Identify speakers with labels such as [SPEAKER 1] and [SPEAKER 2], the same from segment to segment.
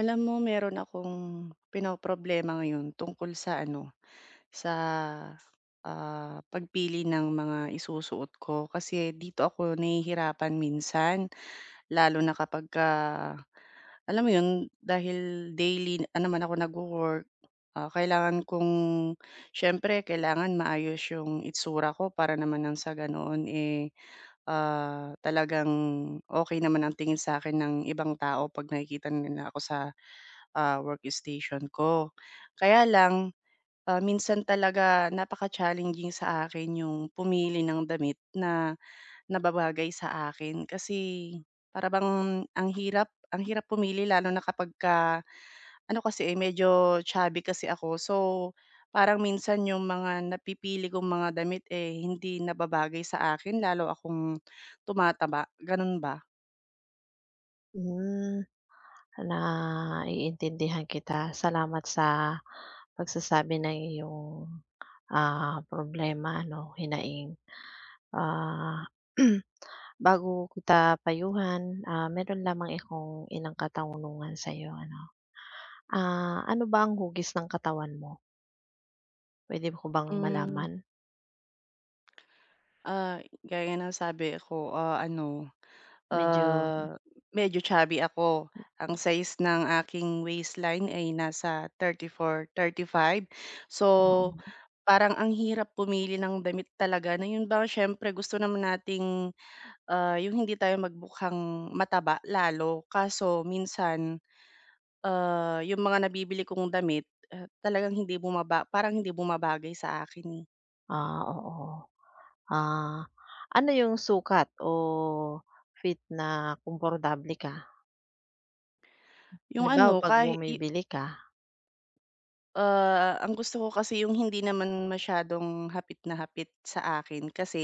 [SPEAKER 1] Alam mo meron akong pinoproblema ngayon tungkol sa ano, sa, pagpili ng mga isusuot ko kasi dito ako nahihirapan minsan lalo na kapagka alam mo 'yun, dahil daily na naman ako nagwo-work, kailangan kong siyempre kailangan maayos yung itsura ko para naman nang sa ganoon, eh, talagang okay naman ang tingin sa akin ng ibang tao 'pag nakikita nila ako sa workstation ko. Kaya lang, minsan talaga napaka-challenging sa akin yung pumili ng damit na nababagay sa akin kasi para bang ang hirap pumili lalo na kapagka ano kasi, eh, medyo chubby kasi ako. So, parang minsan yung mga napipili kong mga damit, eh, hindi nababagay sa akin lalo akong tumataba, gano'n ba?
[SPEAKER 2] Hmm, naiintindihan kita. Salamat sa pagsasabi ng iyong, problema ano, hinaing. Ah, bago kita payuhan, meron lamang akong ilang katanungan sa'yo ano. Ano ba ang hugis ng katawan mo? Pwede ko bang
[SPEAKER 1] Hmm,
[SPEAKER 2] malaman?
[SPEAKER 1] ah, gaya ng sabi ko,
[SPEAKER 2] Medyo
[SPEAKER 1] Ah, medyo chubby ako. Ang size ng aking waistline ay nasa 34, 35. So,
[SPEAKER 2] mm,
[SPEAKER 1] parang ang hirap pumili ng damit talaga na yun bang siyempre gusto naman nating, yung hindi tayo magbukhang mataba lalo. Kaso minsan, yung mga nabibili kong damit, talagang hindi bumaba parang hindi bumabagay sa akin, eh.
[SPEAKER 2] oo. Ah, Ano yung sukat o fit na komportable ka?
[SPEAKER 1] Yung
[SPEAKER 2] Halimbawa
[SPEAKER 1] ano,
[SPEAKER 2] 'pag
[SPEAKER 1] kahit.
[SPEAKER 2] bumibili ka.
[SPEAKER 1] Ang gusto ko kasi yung hindi naman masyadong hapit na hapit sa akin kasi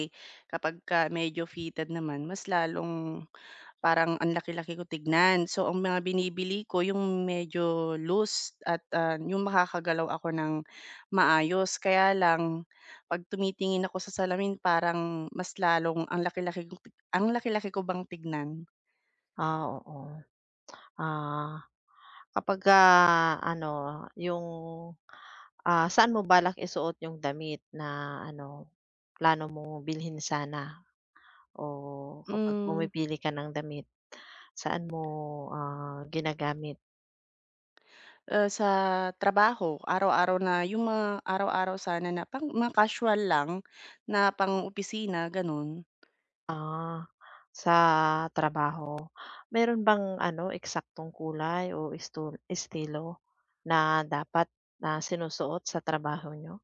[SPEAKER 1] kapag ka medyo fitted naman mas lalong parang ang laki-laki ko tignan. So ang mga binibili ko yung medyo loose at, yung makakagalaw ako ng maayos. Kaya lang 'pag tumitingin ako sa salamin parang mas lalong ang laki-laki ko bang tignan?
[SPEAKER 2] Oo. Ah, kapag kapagka ano, yung, saan mo balak isuot yung damit na ano, plano mong bilhin sana o kapag
[SPEAKER 1] Hmm.
[SPEAKER 2] pumipili ka ng damit, saan mo, ginagamit?
[SPEAKER 1] Sa trabaho, araw-araw na yung mga araw-araw sana na pang mga casual lang na pang-opisina gano'n.
[SPEAKER 2] Ah, sa trabaho. Meron bang ano, eksaktong kulay o estu estilo na dapat na sinusuot sa trabaho nyo?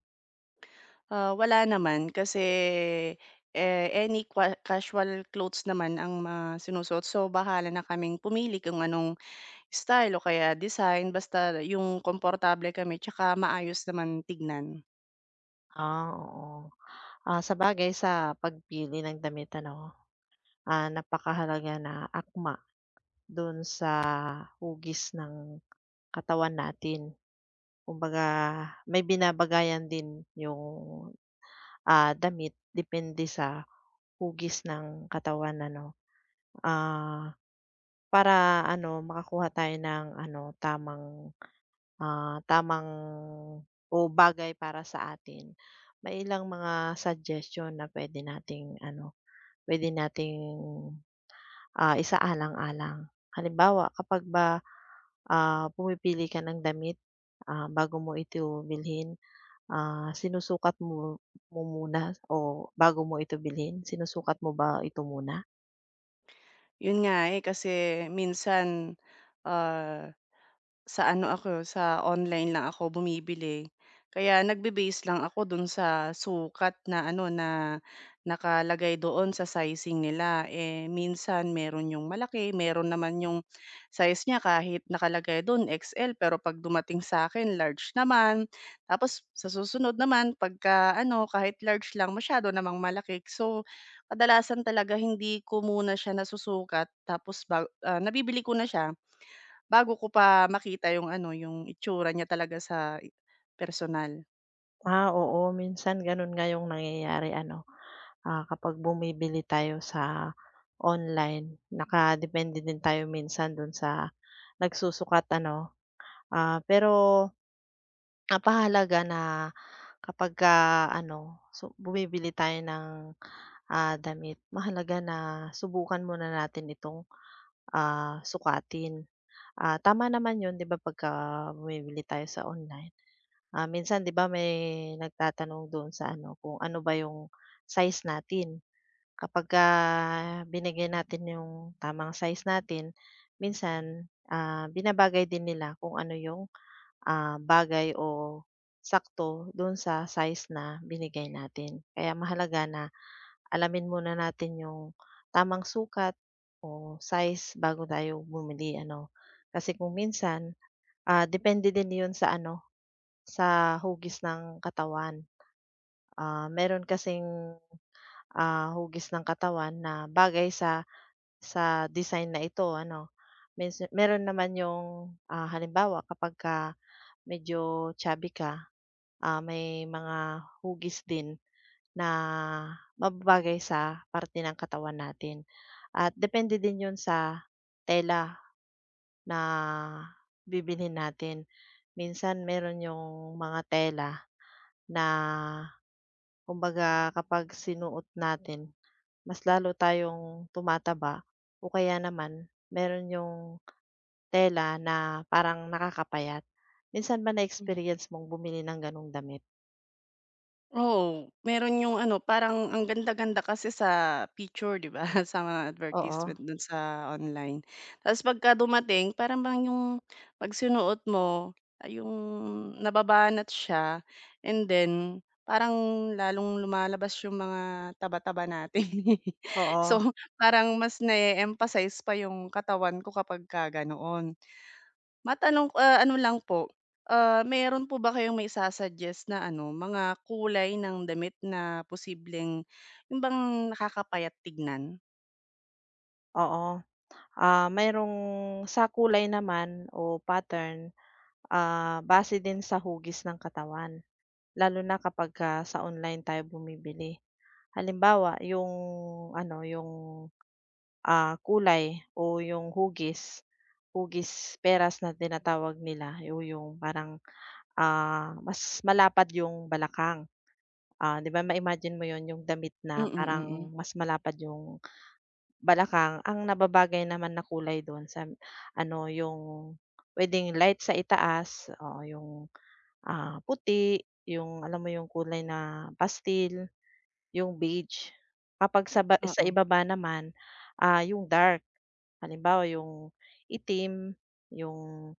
[SPEAKER 1] Wala naman kasi, eh, any qua casual clothes naman ang mga sinusuot. So, bahala na kaming pumili kung anong style o kaya design basta yung komportable kami tsaka maayos naman tignan.
[SPEAKER 2] Oo. Sa bagay sa pagpili ng damit ano? Ah, napakahalaga na akma do'n sa hugis ng katawan natin. Kumbaga may binabagayan din yung, damit depende sa hugis ng katawan ano, ah, para ano makakuha tayo ng ano tamang, tamang o bagay para sa atin. May ilang mga suggestion na pwede nating ano, pwede nating, isaalang-alang. Halimbawa kapag ba pumipili ka ng damit, bago mo ito bilhin, sinusukat mo mo muna o bago mo ito bilhin, sinusukat mo ba ito muna?
[SPEAKER 1] Yun nga, eh, kasi minsan, ah sa ano ako, sa online lang ako bumibili. Kaya nagbe-base lang ako dun sa sukat na ano, na nakalagay doon sa sizing nila. Eh, minsan meron yung malaki, meron naman yung size niya kahit nakalagay dun XL, pero 'pag dumating sa akin large naman. Tapos sa susunod naman pagka ano, kahit large lang masyado namang malaki. So, kadalasan talaga hindi ko muna siya nasusukat tapos nabibili ko na siya bago ko pa makita yung ano, yung itsura niya talaga sa personal.
[SPEAKER 2] Oo, minsan gano'n nga yung nangyayari ano, kapag bumibili tayo sa online nakadepende din tayo minsan dun sa nagsusukat ano, pero napakahalaga na kapagka ano, su bumibili tayo ng, damit, mahalaga na subukan muna natin itong, sukatin. Tama naman 'yun, 'di ba pagka bumibili tayo sa online. Minsan 'di ba may nagtatanong doon sa ano kung ano ba yung size natin. Kapagka binigay natin yung tamang size natin, minsan, binabagay din nila kung ano yung bagay o sakto do'n sa size na binigay natin. Kaya mahalaga na alamin muna natin yung tamang sukat o size bago tayo bumili ano. Kasi kung minsan, depende din 'yun sa ano, sa hugis ng katawan. Meron kasing, hugis ng katawan na bagay sa design na ito ano. Minsan meron naman yung, ah, halimbawa kapag ka medyo chubby ka, may mga hugis din na mababagay sa parte ng katawan natin at depende din 'yun sa tela na bibilhin natin. Minsan meron yung mga tela na kumbaga kapag sinuot natin mas lalo tayong tumataba o kaya naman meron yung tela na parang nakakapayat. Minsan ba
[SPEAKER 1] Hmm.
[SPEAKER 2] na-experience mong bumili ng gano'ng damit?
[SPEAKER 1] Oo, meron yung ano, parang ang ganda-ganda kasi sa picture, 'di ba, sa mga
[SPEAKER 2] Oo,
[SPEAKER 1] advertisement dun sa online. Tapos pagka dumating para bang yung 'pag sinuot mo, ay yung nababanat siya and then parang lalong lumalabas yung mga taba-taba natin,
[SPEAKER 2] oo,
[SPEAKER 1] so, parang mas na emphasize pa yung katawan ko kapagka ganoon. Matanong ah, ano lang po, meron po ba kayong maisa-suggest na ano, mga kulay ng damit na posibleng yung bang nakakapayat tignan?
[SPEAKER 2] oo. Mayroong sa kulay naman o pattern, base din sa hugis ng katawan, lalo na kapagka sa online tayo bumibili. Halimbawa yung ano, yung, kulay o yung hugis, hugis peras na tinatawag nila o yung parang, mas malapad yung balakang. 'Di ba ma-imagine mo yon yung damit
[SPEAKER 1] Mm,
[SPEAKER 2] na
[SPEAKER 1] mm.
[SPEAKER 2] parang mas malapad yung balakang? Ang nababagay naman na kulay dun sa ano yung puwedeng light sa itaas, oo yung, puti, yung alam mo yung kulay na pastel, yung beige. Kapag sa ba sa
[SPEAKER 1] Oo.
[SPEAKER 2] ibaba naman, yung dark. Halimbawa yung itim, yung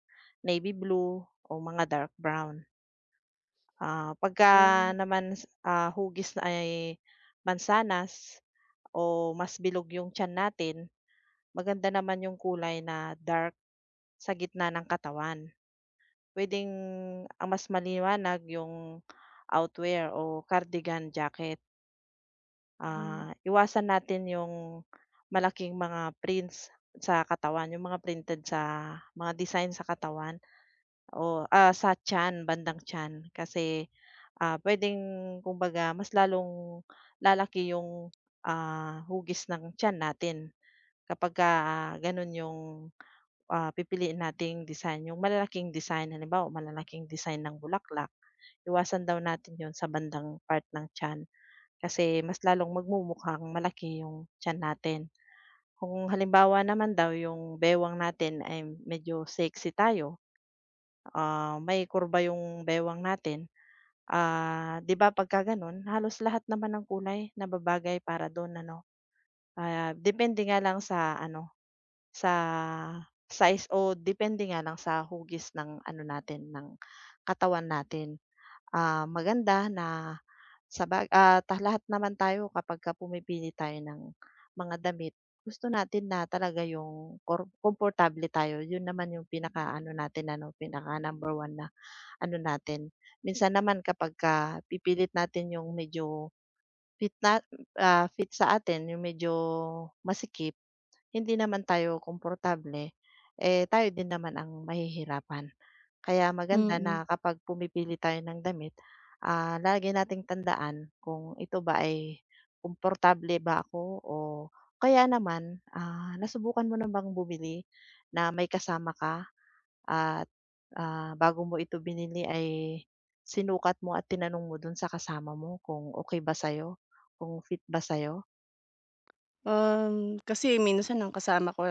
[SPEAKER 2] navy blue o mga dark brown. Pagka
[SPEAKER 1] Oh,
[SPEAKER 2] naman, hugis na ay mansanas o mas bilog yung tiyan natin, maganda naman yung kulay na dark sa gitna ng katawan. Puwedeng ang mas maliwanag yung outwear o cardigan jacket.
[SPEAKER 1] hmm.
[SPEAKER 2] Iwasan natin yung malaking mga prints sa katawan, yung mga printed sa mga design sa katawan o, sa tiyan, bandang tiyan. Kasi, puwedeng kumbaga mas lalong lalaki yung, hugis ng tiyan natin kapagka gano'n yung pipiliin nating design, yung malalaking design. Halimbawa, malalaking design ng bulaklak, iwasan daw natin yun sa bandang part ng tiyan kasi mas lalong magmumukhang malaki yung tiyan natin. Kung halimbawa naman daw yung bewang natin ay medyo sexy tayo, may kurba yung bewang natin, 'di ba pagka gano'n halos lahat naman ng kulay nababagay para doon ano. Depende nga lang sa ano, sa size o depende nga lang sa hugis ng ano natin, ng katawan natin. Maganda na saba ah, ta lahat naman tayo kapagka pumipili tayo ng mga damit, gusto natin na talaga yung kor komportable tayo. Yun naman yung pinakaano natin ano, pinaka #1 na ano natin. Minsan naman kapagka pipilit natin yung medyo fit na fit sa atin, yung medyo masikip hindi naman tayo komportable, eh, tayo din naman ang mahihirapan. Kaya maganda
[SPEAKER 1] Mm.
[SPEAKER 2] na kapag pumipili tayo ng damit, lagi nating tandaan kung ito ba ay komportable ba ako o kaya naman, nasubukan mo na bang bumili na may kasama ka at, bago mo ito binili ay sinukat mo at tinanong mo dun sa kasama mo kung okay ba sa'yo, kung fit ba sa'yo?
[SPEAKER 1] Um, kasi minsan ang kasama ko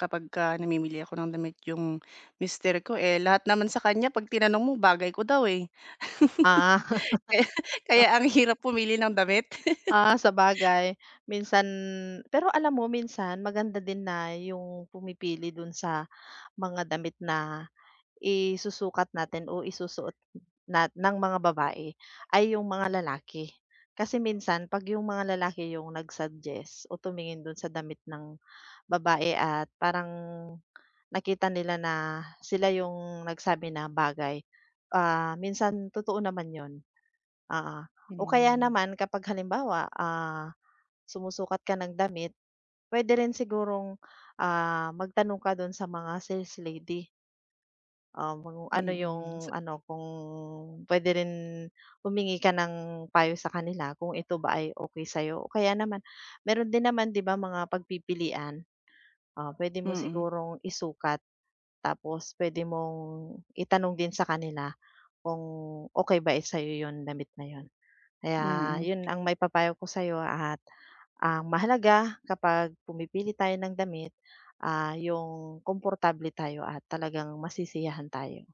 [SPEAKER 1] kapagka namimili ako ng damit yung mister ko, eh, lahat naman sa kanya 'pag tinanong mo bagay ko daw, eh.
[SPEAKER 2] Ah.
[SPEAKER 1] Kaya kaya ang hirap pumili ng damit.
[SPEAKER 2] Ah, sabagay minsan pero alam mo minsan maganda din na yung pumipili dun sa mga damit na isusukat natin o isusuot na ng mga babae ay yung mga lalaki. Kasi minsan 'pag yung mga lalaki yung nag-suggest o tumingin dun sa damit ng babae at parang nakita nila na sila yung nagsabi na bagay, minsan totoo naman yun, ah ah. O kaya
[SPEAKER 1] Hmm,
[SPEAKER 2] naman kapag halimbawa, sumusukat ka ng damit, puwede rin sigurong, magtanong ka do'n sa mga sales lady, kung ano
[SPEAKER 1] mm.
[SPEAKER 2] yung
[SPEAKER 1] Sa
[SPEAKER 2] ano, kung puwede rin humingi ka ng payo sa kanila kung ito ba ay okay sa o kaya naman meron din naman 'di ba mga pagpipilian, oh, puwede mo
[SPEAKER 1] mm,
[SPEAKER 2] sigurong isukat tapos puwede mong itanong din sa kanila kung okay ba, sa sa'yo yon damit na yon. Kaya
[SPEAKER 1] mm.
[SPEAKER 2] yun ang may maipapayo ko sa sa'yo at ang mahalaga kapag pumipili tayo ng damit, yung komportable tayo at talagang masisiyahan tayo.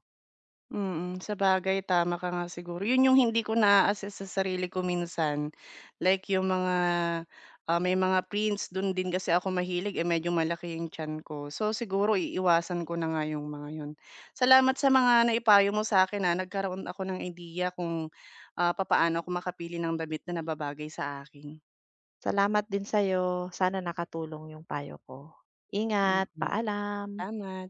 [SPEAKER 1] Mm, sabagay tama ka nga siguro. 'Yun yung hindi ko naa-assess sa sarili ko minsan. Like yung mga, may mga prints dun din kasi ako mahilig, eh, medyo malaki yung tiyan ko. So siguro iiwasan ko na nga yung mga 'yun. Salamat sa mga naipayo mo sa akin na nagkaroon ako ng idea kung, papaano ako makapili ng damit na nababagay sa akin.
[SPEAKER 2] Salamat din sa'yo, sana nakatulong yung payo ko.
[SPEAKER 1] Mm,
[SPEAKER 2] Ingat,
[SPEAKER 1] mm.
[SPEAKER 2] paalam.
[SPEAKER 1] Salamat.